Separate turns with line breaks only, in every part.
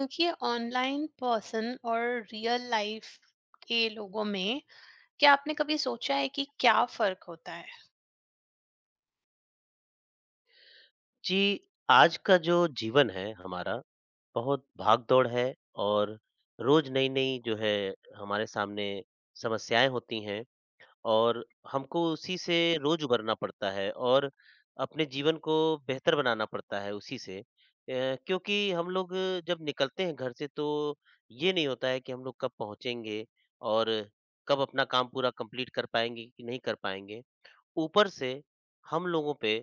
देखिए, online person और real life के लोगों में क्या आपने कभी सोचा है कि क्या फर्क होता है?
जी, आज का जो जीवन है हमारा, बहुत भाग-दौड़ है और रोज़ नई-नई जो है हमारे सामने समस्याएँ होती हैं। और हमको उसी से रोज़ उभरना पड़ता है और अपने जीवन को बेहतर बनाना पड़ता है उसी से। क्योंकि हम लोग जब निकलते हैं घर से तो ये नहीं होता है कि हम लोग कब पहुँचेंगे और कब अपना काम पूरा कंप्लीट कर पाएँगे कि नहीं कर पाएँगे। ऊपर से हम लोगों पे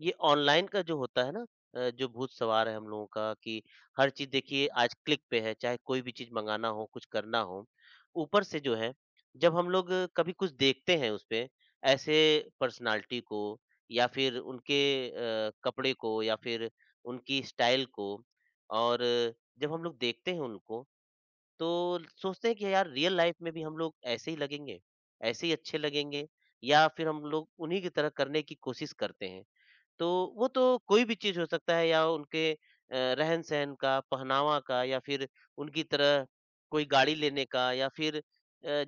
ये ऑनलाइन का जो होता है ना, जो भूत सवार है हम लोगों का कि हर चीज़ देखिए आज क्लिक पे है, चाहे कोई भी चीज़ मँगाना हो, कुछ करना हो। ऊपर से जो है, जब हम लोग कभी कुछ देखते हैं उसपे, ऐसे पर्सनैलिटी को या फिर उनके कपड़े को या फिर उनकी स्टाइल को, और जब हम लोग देखते हैं उनको तो सोचते हैं कि यार रियल लाइफ में भी हम लोग ऐसे ही लगेंगे, ऐसे ही अच्छे लगेंगे, या फिर हम लोग उन्हीं की तरह करने की कोशिश करते हैं। तो वो तो कोई भी चीज़ हो सकता है, या उनके रहन-सहन का, पहनावा का, या फिर उनकी तरह कोई गाड़ी लेने का, या फिर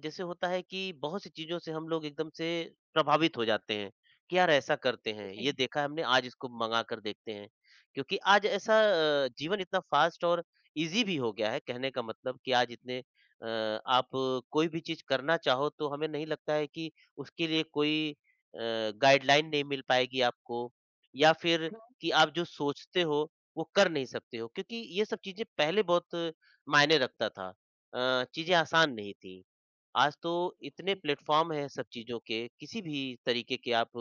जैसे होता है कि बहुत सी चीज़ों से हम लोग एकदम से प्रभावित हो जाते हैं, कि यार ऐसा करते हैं, ये
जी।
देखा है हमने, आज इसको मँगा कर देखते हैं। क्योंकि आज ऐसा जीवन इतना फ़ास्ट और ईज़ी भी हो गया है। कहने का मतलब कि आज इतने, आप कोई भी चीज़ करना चाहो तो हमें नहीं लगता है कि उसके लिए कोई गाइडलाइन नहीं मिल पाएगी आपको, या फिर कि आप जो सोचते हो वो कर नहीं सकते हो। क्योंकि ये सब चीजें पहले बहुत मायने रखता था। चीजें आसान नहीं थी। आज तो इतने
जी।
प्लेटफॉर्म हैं सब चीजों के, किसी भी तरीके के आप,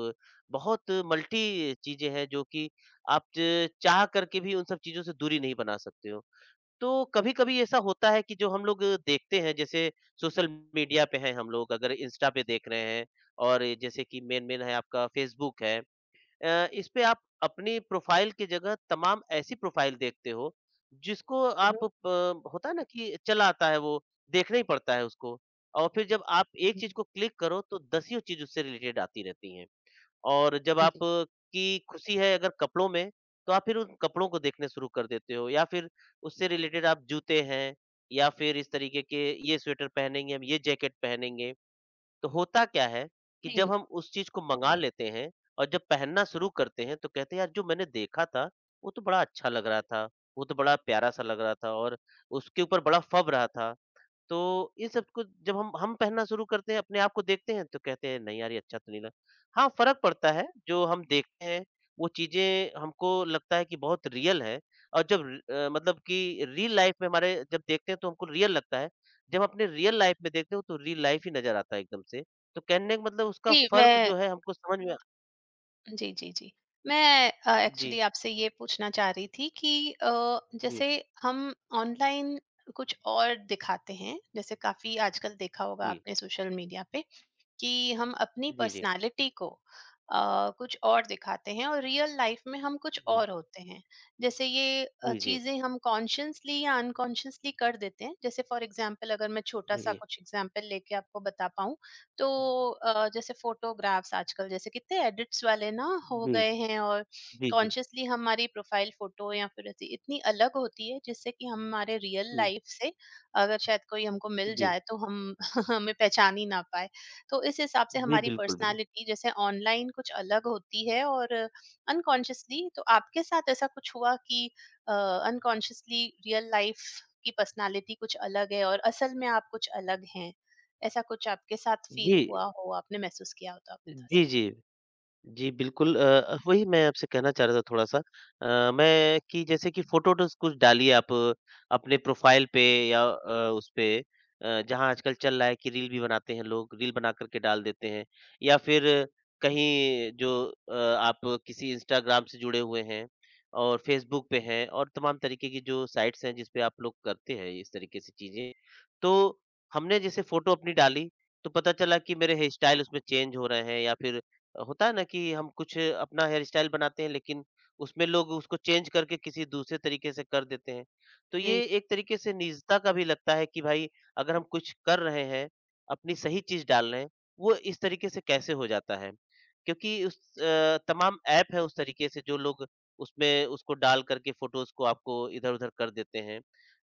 बहुत मल्टी चीजें हैं जो कि आप चाह करके भी उन सब चीजों से दूरी नहीं बना सकते हो। तो कभी कभी ऐसा होता है कि जो हम लोग देखते हैं, जैसे सोशल मीडिया पे हैं हम लोग, अगर इंस्टा पे देख रहे हैं और जैसे कि मेन मेन है आपका, फेसबुक है, इस पे आप अपनी प्रोफ़ाइल की जगह तमाम ऐसी प्रोफ़ाइल देखते हो, जिसको आप
मम्म।
प होता है ना कि चला आता है वो, देखना ही पड़ता है उसको। और फिर जब आप एक
मम्म।
चीज़ को क्लिक करो तो दसियों चीज़ उससे रिलेटेड आती रहती हैं। और जब
हाँ
आप
जी।
की खुशी है अगर कपड़ों में, तो आप फिर उन कपड़ों को देखने शुरू कर देते हो, या फिर उससे रिलेटेड आप जूते हैं, या फिर इस तरीके के, ये स्वेटर पहनेंगे हम, ये जैकेट पहनेंगे। तो होता क्या है कि जब
जी
हम उस चीज को मंगा लेते हैं और जब पहनना शुरू करते हैं, तो कहते हैं यार जो मैंने देखा था, वो तो बड़ा अच्छा लग रहा था, वो तो बड़ा प्यारा सा लग रहा था और उसके ऊपर बड़ा फब रहा था। तो ये सब कुछ जब हम पहनना शुरू करते हैं, अपने आप को देखते हैं, तो कहते हैं नहीं यार, ये अच्छा तो नहीं लग। हाँ, फ़र्क पड़ता है। जो हम देखते हैं वो चीज़ें हमको लगता है कि बहुत रियल है, और जब मतलब कि रियल लाइफ़ में हमारे जब देखते हैं तो हमको रियल लगता है। जब अपने रियल लाइफ़ में देखते हो तो रियल लाइफ़ ही नज़र आता है एकदम से। तो कहने का मतलब, उसका
जी
फ़र्क
मैं
जो है हमको समझ में।
जी जी जी मैं
जी,
एक्चुअली आपसे ये पूछना चाह रही थी कि
जी,
जैसे हम ऑनलाइन कुछ और दिखाते हैं, जैसे काफी आजकल देखा होगा
जी,
आपने सोशल मीडिया पे कि हम अपनी
जी, जी,
पर्सनालिटी को अ, कुछ और दिखाते हैं और रियल लाइफ में हम कुछ
जी,
और होते हैं। जैसे ये
जी, जी,
चीजें हम कॉन्शियसली या अनकॉन्शियसली कर देते हैं, जैसे फॉर एग्जांपल अगर मैं छोटा
जी, जी,
सा
जी,
कुछ एग्जांपल लेके आपको बता पाऊँ तो जैसे फोटोग्राफ्स आजकल जैसे कितने एडिट्स वाले ना हो गए हैं और
जी, जी,
कॉन्शियसली हमारी प्रोफाइल फोटो या फिर ऐसी इतनी अलग होती है जिससे कि हमारे रियल
जी,
लाइफ से अगर शायद कोई हमको मिल
जी,
जाए तो हम हमें पहचान ही ना पाए। तो इस हिसाब से
जी,
हमारी
बिल्कुल, बिल्कुल।
पर्सनालिटी जैसे ऑनलाइन कुछ अलग होती है और अनकॉन्शियसली, तो आपके साथ ऐसा कुछ हुआ कि अनकॉन्शियसली रियल लाइफ की पर्सनालिटी कुछ अलग है और असल में आप कुछ अलग हैं? ऐसा कुछ आपके साथ
जी।
फील हुआ हो, आपने महसूस किया हो तो आप बता
जी,
सकते
जी।
हैं।
जी, बिल्कुल। वही मैं आपसे कहना चाह रहा था थोड़ा-सा। मैं, कि जैसे कि फ़ोटोज़ कुछ डालिए आप अपने प्रोफ़ाइल पे, या उस पे, जहाँ आजकल चल रहा है कि रील भी बनाते हैं लोग, रील बना कर के डाल देते हैं, या फिर कहीं जो आप किसी इंस्टाग्राम से जुड़े हुए हैं और फ़ेसबुक पे हैं और तमाम तरीके की जो साइट्स हैं, जिस पे आप लोग करते हैं इस तरीके से चीज़ें। तो हमने जैसे फ़ोटो अपनी डाली, तो पता चला कि मेरे हेयर स्टाइल उसमें चेंज हो रहे हैं, या फिर होता है ना कि हम कुछ अपना हेयर स्टाइल बनाते हैं, लेकिन उसमें लोग उसको चेंज करके किसी दूसरे तरीके से कर देते हैं। तो ये
जी।
एक तरीके से निजता का भी लगता है कि भाई, अगर हम कुछ कर रहे हैं, अपनी सही चीज़ डाल रहे हैं, वो इस तरीके से कैसे हो जाता है? क्योंकि उस तमाम ऐप है उस तरीके से, जो लोग उसमें उसको डाल करके फ़ोटोज़ को आपको इधर-उधर कर देते हैं।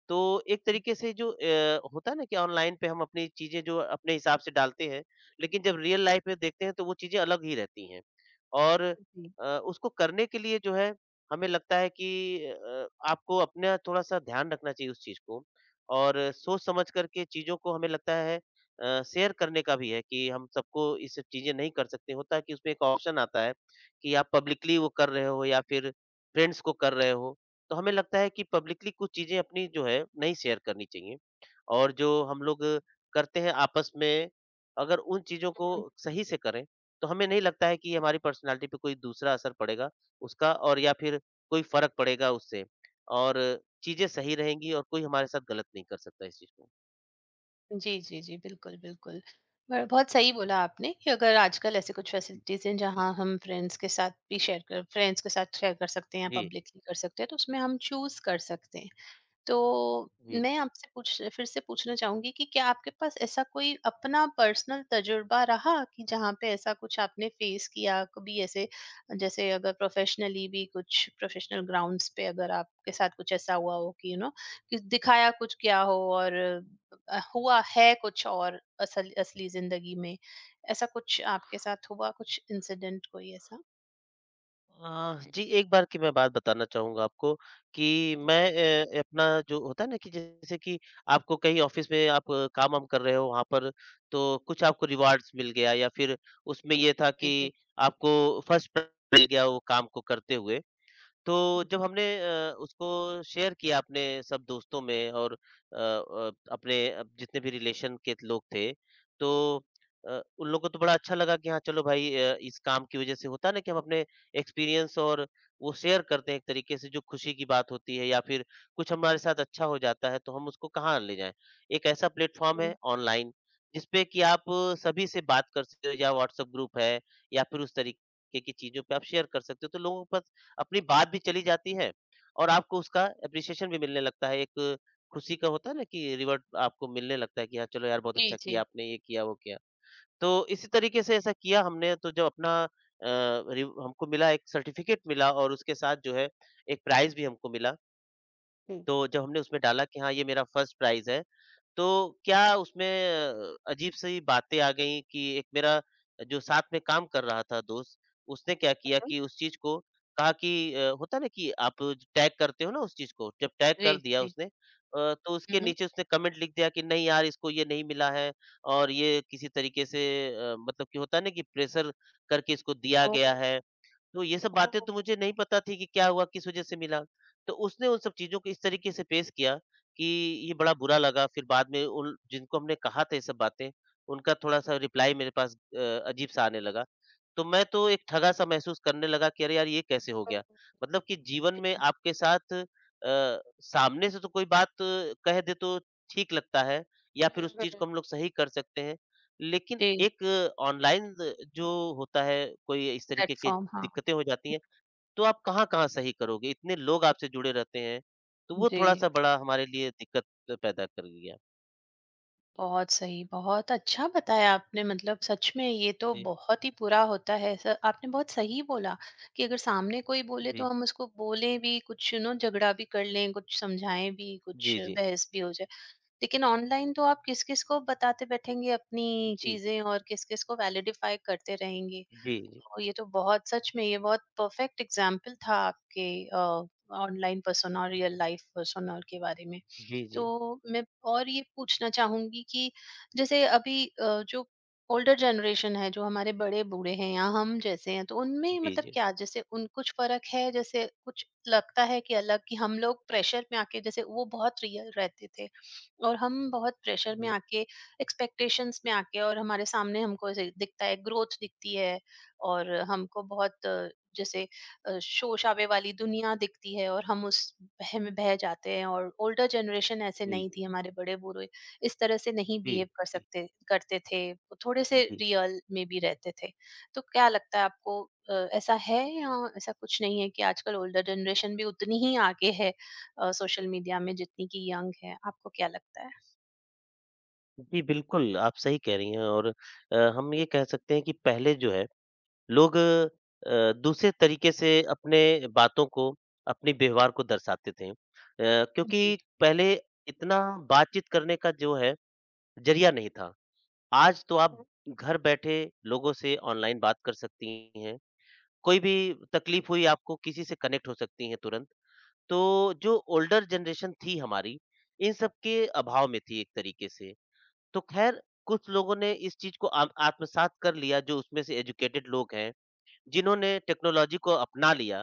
तो एक तरीके से जो होता है ना, कि ऑनलाइन पे हम अपनी चीज़ें जो अपने हिसाब से डालते हैं, लेकिन जब रियल लाइफ़ में देखते हैं तो वो चीज़ें अलग ही रहती हैं। और उसको करने के लिए जो है, हमें लगता है कि आपको अपना थोड़ा-सा ध्यान रखना चाहिए उस चीज़ को, और सोच समझ कर के चीज़ों को हमें लगता है शेयर करने का भी है, कि हम सबको ये सब चीज़ें नहीं कर सकते। होता है कि उसमें एक ऑप्शन आता है कि आप पब्लिकली वो कर रहे हो, या फिर फ्रेंड्स को कर रहे हो। तो हमें लगता है कि पब्लिकली कुछ चीज़ें अपनी जो है नहीं शेयर करनी चाहिए, और जो हम लोग करते हैं आपस में, अगर उन चीज़ों को
जी।
सही से करें तो हमें नहीं लगता है कि हमारी पर्सनालिटी पे कोई दूसरा असर पड़ेगा उसका, और या फिर कोई फर्क पड़ेगा उससे। और चीज़ें सही रहेंगी, और कोई हमारे साथ गलत नहीं कर सकता इस चीज़ को।
जी, जी, जी। बिल्कुल, बिल्कुल। ब
जी,
बहुत सही बोला आपने कि अगर आजकल ऐसे कुछ फैसिलिटीज़ हैं जहाँ हम फ्रेंड्स के साथ भी शेयर कर फ्रेंड्स के साथ शेयर कर सकते हैं या
जी।
पब्लिकली कर सकते हैं, तो उसमें हम चूज़ कर सकते हैं। तो
जी,
मैं आपसे पूछ फिर से पूछना चाहूंगी कि क्या आपके पास ऐसा कोई अपना पर्सनल तजुर्बा रहा कि जहाँ पे ऐसा कुछ आपने फेस किया कभी ऐसे, जैसे अगर प्रोफेशनली भी कुछ प्रोफेशनल ग्राउंड्स पे अगर आपके साथ कुछ ऐसा हुआ हो कि यू नो कि दिखाया कुछ क्या हो और हुआ है कुछ और असली जिंदगी में? ऐसा कुछ आपके साथ हुआ, कुछ इंसिडेंट कोई ऐसा?
जी, एक बार की मैं बात बताना चाहूँगा आपको, कि मैं अपना, जो होता है ना कि जैसे कि आपको कहीं ऑफ़िस में आप काम-वाम कर रहे हो, वहाँ पर तो कुछ आपको रिवार्ड्स मिल गया, या फिर उसमें ये था
जी।
कि
जी।
आपको फर्स्ट मिल गया वो काम को करते हुए। तो जब हमने उसको शेयर किया अपने सब दोस्तों में, और अपने अब जितने भी रिलेशन के लोग थे, तो उन लोगों को तो बड़ा अच्छा लगा कि हाँ, चलो भाई, इस काम की वज़ह से होता है ना कि हम अपने एक्सपीरियंस और वो शेयर करते हैं एक तरीके से, जो खुशी की बात होती है, या फिर कुछ हमारे साथ अच्छा हो जाता है तो हम उसको कहाँ ले जाएँ। एक ऐसा प्लेटफ़ॉर्म है ऑनलाइन, जिसपे कि आप सभी से बात कर सकते हो, या व्हाट्सएप ग्रुप है, या फिर उस तरीके की चीज़ों पे आप शेयर कर सकते हो, तो लोगों के पास अपनी बात भी चली जाती है और आपको उसका एप्रिसिएशन भी मिलने लगता है। एक खुशी का होता है ना कि रिवॉर्ड आपको मिलने लगता है, कि हाँ, चलो यार, बहुत अच्छा
जी।
किया
जी।
आपने, ये किया, वो किया। तो इसी तरीके से ऐसा किया हमने, तो जब अपना अ, रिव हमको मिला, एक सर्टिफ़िकेट मिला और उसके साथ जो है एक प्राइज़ भी हमको मिला।
हम्म।
तो जब हमने उसमें डाला कि हाँ, ये मेरा फर्स्ट प्राइज़ है, तो क्या उसमें अजीब-सी बातें आ गई, कि एक मेरा जो साथ में काम कर रहा था दोस्त, उसने क्या किया कि उस चीज़ को कहा, कि होता है ना कि आप टैग करते हो ना उस चीज़ को, जब टैग
जी।
कर दिया
जी।
उसने, तो उसके
हम्म।
नीचे उसने कमेंट लिख दिया कि नहीं यार इसको ये नहीं मिला है, और ये किसी तरीके से मतलब कि होता है ना, कि प्रेशर करके इसको दिया
ओ।
गया है। तो ये सब बातें
ओ।
तो मुझे नहीं पता थी कि क्या हुआ, किस वजह से मिला। तो उसने उन सब चीज़ों को इस तरीके से पेश किया कि ये बड़ा बुरा लगा। फिर बाद में उन जिनको हमने कहा था ये सब बातें, उनका थोड़ा-सा रिप्लाई मेरे पास अजीब-सा आने लगा। तो मैं तो एक ठगा-सा महसूस करने लगा कि अरे यार! ये कैसे हो
ओ।
गया? मतलब कि जीवन में आपके साथ सामने से तो कोई बात कह दे तो ठीक लगता है, या फिर
हुँ,
उस चीज़ को हम
हुँ।
लोग सही कर सकते हैं। लेकिन
जी,
एक ऑनलाइन ज जो होता है, कोई इस तरीके की
प्लेटफ़ॉर्म, हाँ,
दिक्कतें हो जाती हैं, तो आप कहाँ-कहाँ सही करोगे? इतने लोग आपसे जुड़े रहते हैं, तो वो
जी।
थोड़ा-सा बड़ा हमारे लिए दिक्कत पैदा कर गया।
बहुत सही, बहुत अच्छा बताया आपने, मतलब सच में ये तो
जी,
बहुत ही बुरा होता है। स आपने बहुत सही बोला कि अगर सामने कोई बोले तो
जी,
हम उसको बोलें भी, कुछ नो झगड़ा भी कर लें, कुछ समझाएँ भी, कुछ
जी, जी।
बहस भी हो जाए। लेकिन ऑनलाइन तो आप किस-किस को बताते बैठेंगे अपनी
जी, जी।
चीज़ें और किस-किस को वैलिडिफ़ाई करते रहेंगे।
जी, जी।
तो ये तो बहुत, सच में ये बहुत परफेक्ट एग्जाम्पल था आपके ऑनलाइन पर्सोना और रियल लाइफ पर्सोना के बारे में।
जी,
तो
जी।
मैं और ये पूछना चाहूंगी कि जैसे अभी जो ओल्डर जनरेशन है, जो हमारे बड़े बूढ़े हैं या हम जैसे हैं, तो उनमें
जी,
मतलब
जी।
क्या, जैसे उन कुछ फर्क है, जैसे कुछ लगता है कि अलग कि हम लोग प्रेशर में आके, जैसे वो बहुत रियल रहते थे और हम बहुत प्रेशर में
जी,
आके एक्सपेक्टेशंस में आके और हमारे सामने हमको ऐसे दिखता है, ग्रोथ दिखती है और हमको बहुत जैसे शोर-शराबे वाली दुनिया दिखती है और हम उस बह में बह जाते हैं। और ओल्डर जनरेशन ऐसे
जी,
नहीं
जी।
थी, हमारे बड़े-बूढ़े इस तरह से नहीं
जी,
बिहेव कर
जी,
सकते करते थे, वो थोड़े से
जी।
रियल में भी रहते थे। तो क्या लगता है आपको, ऐसा है या ऐसा कुछ नहीं है कि आजकल ओल्डर जनरेशन भी उतनी ही आगे है सोशल मीडिया में जितनी कि यंग है? आपको क्या लगता है?
जी, बिल्कुल, आप सही कह रही हैं और हम ये कह सकते हैं कि पहले जो है लोग दूसरे तरीके से अपने बातों को, अपने व्यवहार को दर्शाते थे।
जी।
क्योंकि पहले इतना बातचीत करने का जो है ज़रिया नहीं था। आज तो आप घर बैठे लोगों से ऑनलाइन बात कर सकती हैं। कोई भी तकलीफ हुई आपको किसी से कनेक्ट हो सकती हैं तुरंत। तो जो ओल्डर जनरेशन थी हमारी, इन सब के अभाव में थी एक तरीके से। तो ख़ैर कुछ लोगों ने इस चीज़ को आम आत्मसात कर लिया जो उसमें से एजुकेटेड लोग हैं। जिन्होंने टेक्नोलॉजी को अपना लिया,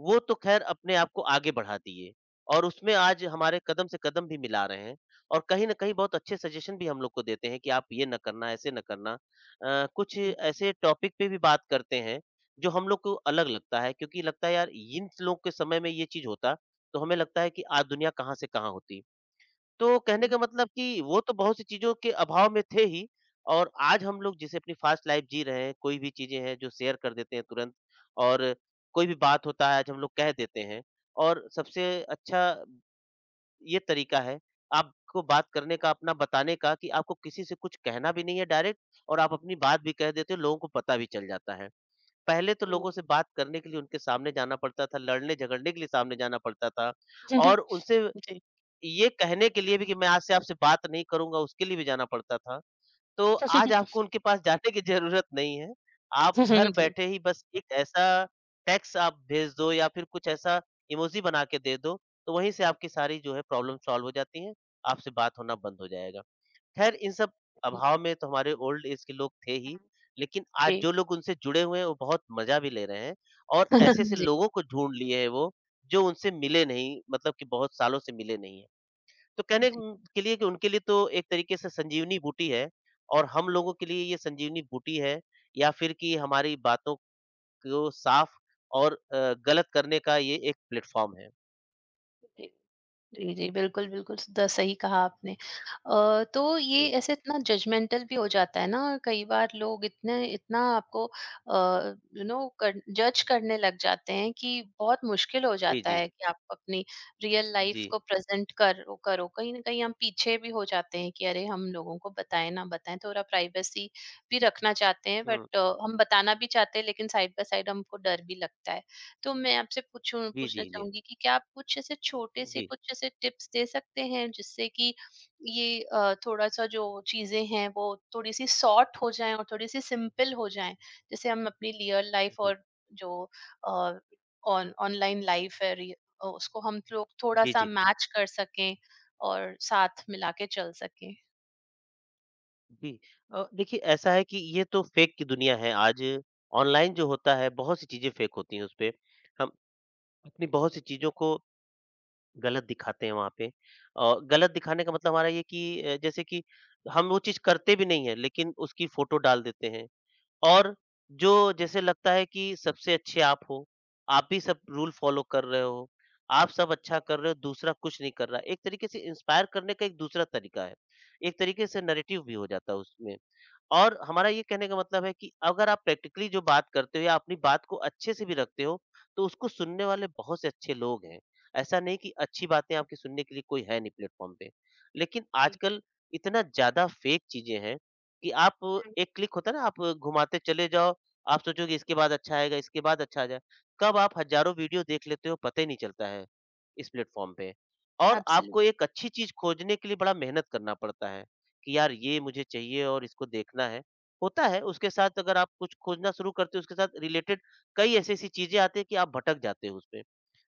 वो तो ख़ैर अपने आप को आगे बढ़ा दिए और उसमें आज हमारे कदम से कदम भी मिला रहे हैं और कहीं न कहीं बहुत अच्छे सजेशन भी हम लोग को देते हैं कि आप ये ना करना, ऐसे ना करना। कुछ
जी।
ऐसे टॉपिक पे भी बात करते हैं, जो हम लोग को अलग लगता है क्योंकि लगता है यार इन लोग के समय में ये चीज़ होता, तो हमें लगता है कि आज दुनिया कहाँ से कहाँ होती। तो कहने का मतलब कि वो तो बहुत सी चीज़ों के अभाव में थे ही और आज हम लोग जैसे अपनी फास्ट लाइफ जी रहे हैं, कोई भी चीज़ें हैं जो शेयर कर देते हैं तुरंत और कोई भी बात होता है आज हम लोग कह देते हैं और सबसे अच्छा ये तरीका है आपको बात करने का, अपना बताने का कि आपको किसी से कुछ कहना भी नहीं है डायरेक्ट और आप अपनी बात भी कह देते हो, लोगों को पता भी चल जाता है। पहले तो लोगों से बात करने के लिए उनके सामने जाना पड़ता था, लड़ने-झगड़ने के लिए सामने जाना पड़ता था
जी।
और उनसे ये कहने के लिए भी कि मैं आज से आपसे बात नहीं करूँगा, उसके लिए भी जाना पड़ता था। तो आज
जी।
आपको उनके पास जाने की ज़रूरत नहीं है। आप घर
जी।
बैठे ही बस एक ऐसा टेक्स्ट आप भेज दो या फिर कुछ ऐसा इमोजी बना के दे दो, तो वहीं से आपकी सारी जो है प्रॉब्लम सॉल्व हो जाती है, आपसे बात होना बंद हो जाएगा। ख़ैर इन सब अभाव में तो हमारे ओल्ड एज के लोग थे ही, लेकिन आज
जी।
जो लोग उनसे जुड़े हुए हैं वो बहुत मज़ा भी ले रहे हैं और ऐसे-ऐसे
जी,
लोगों को ढूँढ लिए हैं वो, जो उनसे मिले नहीं मतलब कि बहुत सालों से मिले नहीं हैं। तो
जी,
कहने
जी।
के लिए कि उनके लिए तो एक तरीके से संजीवनी बूटी है और हम लोगों के लिए ये संजीवनी बूटी है या फिर कि हमारी बातों को साफ और गलत करने का ये एक प्लेटफ़ॉर्म है।
जी, जी, बिल्कुल, बिल्कुल, द सही कहा आपने। तो ये
जी,
ऐसे इतना जजमेंटल भी हो जाता है ना, और कई बार लोग इतने इतना आपको यू नो कर जज करने लग जाते हैं कि बहुत मुश्किल हो
जी,
जाता
जी,
है कि आप अपनी रियल लाइफ
जी।
को प्रेज़ेंट करो करो। कहीं न कहीं हम पीछे भी हो जाते हैं कि अरे! हम लोगों को बताएँ, ना बताएँ, थोड़ा प्राइवेसी भी रखना चाहते हैं,
हुँ,
बट हम बताना भी चाहते हैं, लेकिन साइड बाय साइड हमको डर भी लगता है। तो मैं आपसे पूछूँ
जी,
पूछना
जी, जी।
चाहूँगी कि क्या आप कुछ ऐसे छोटे से
जी,
कुछ ऐसे टिप्स दे सकते हैं जिससे कि ये थोड़ा-सा जो चीज़ें हैं वो थोड़ी-सी सॉर्ट हो जाएँ और थोड़ी-सी सिंपल हो जाएँ? जैसे हम अपनी रियल लाइफ़
जी,
और जो अ, ऑन ऑनलाइन लाइफ़ है, उसको हम लोग
जी,
थोड़ा-सा
जी,
मैच कर सकें और साथ मिला के चल सकें।
जी। देखिए ऐसा है कि ये तो फ़ेक की दुनिया है आज ऑनलाइन जो होता है बहुत सी चीज़ें फ़ेक होती हैं उसपे। हम अपनी बहुत सी चीज़ों को गलत दिखाते हैं वहाँ पे। गलत दिखाने का मतलब हमारा ये कि जैसे कि हम वो चीज़ करते भी नहीं है, लेकिन उसकी फ़ोटो डाल देते हैं और जो जैसे लगता है कि सबसे अच्छे आप हो, आप ही सब रूल फ़ॉलो कर रहे हो, आप सब अच्छा कर रहे हो, दूसरा कुछ नहीं कर रहा है। एक तरीके से इंस्पायर करने का एक दूसरा तरीका है। एक तरीके से नैरेटिव भी हो जाता है उसमें। और हमारा ये कहने का मतलब है कि अगर आप प्रैक्टिकली जो बात करते हो या अपनी बात को अच्छे से भी रखते हो, तो उसको सुनने वाले बहुत से अच्छे लोग हैं। ऐसा नहीं कि अच्छी बातें आपकी सुनने के लिए कोई है नहीं प्लेटफ़ॉर्म पे। लेकिन
जी।
आजकल इतना ज़्यादा फ़ेक चीज़ें हैं कि आप एक क्लिक होता है ना, आप घुमाते चले जाओ, आप सोचोगे इसके बाद अच्छा आएगा, इसके बाद अच्छा आ जाए कब आप हज़ारों वीडियो देख लेते हो पता ही नहीं चलता है, इस प्लेटफ़ॉर्म पे। और आपको
एब्सोल्युटली।
एक अच्छी चीज़ खोजने के लिए बड़ा मेहनत करना पड़ता है। कि यार ये मुझे चाहिए और इसको देखना है। होता है उसके साथ अगर आप कुछ खोजना शुरू करते हो उसके साथ रिलेटेड कई ऐसी-ऐसी चीज़ें आती हैं कि आप भटक जाते हो उसमें।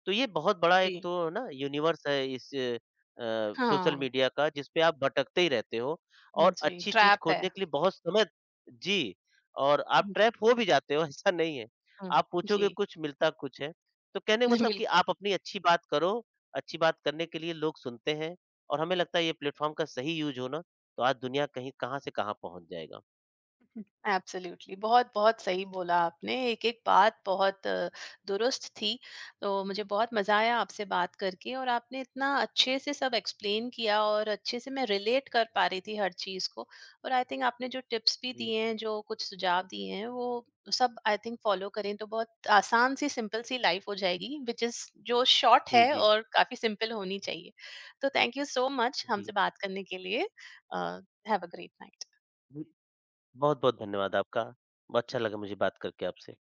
तो ये बहुत बड़ा एक
जी।
तो ना यूनिवर्स है इस सोशल
हाँ,
मीडिया का जिसपे आप भटकते ही रहते हो और
जी,
अच्छी चीज़
ट्रैप है।
खोजने के लिए बहुत समय जी, और आप
जी,
ट्रैप हो भी जाते हो ऐसा नहीं है।
हुँ,
आप पूछोगे
जी,
कुछ मिलता कुछ है। तो कहने का मतलब कि
बिल्कुल।
आप अपनी अच्छी बात करो, अच्छी बात करने के लिए लोग सुनते हैं और हमें लगता है ये प्लेटफ़ॉर्म का सही यूज़ हो ना, तो आज दुनिया कहीं कहाँ से कहाँ पहुँच जाएगा।
एब्सोल्युटली, बहुत बहुत सही बोला आपने, एक-एक बात बहुत दुरुस्त थी। तो मुझे बहुत मज़ा आया आपसे बात करके और आपने इतना अच्छे से सब एक्सप्लेन किया और अच्छे से मैं रिलेट कर पा रही थी हर चीज़ को। और आई थिंक आपने जो टिप्स भी
जी,
दिए हैं, जो कुछ सुझाव दिए हैं, वो सब आई थिंक फॉलो करें तो बहुत आसान सी सिंपल सी लाइफ हो जाएगी, व्हिच इज़ जो शॉर्ट
जी,
है
जी,
और काफ़ी सिंपल होनी चाहिए। तो थैंक यू सो मच
जी,
हमसे बात करने के लिए। Uh, have a great night.
जी। बहुत-बहुत धन्यवाद आपका। अच्छा लगा मुझे बात करके आपसे।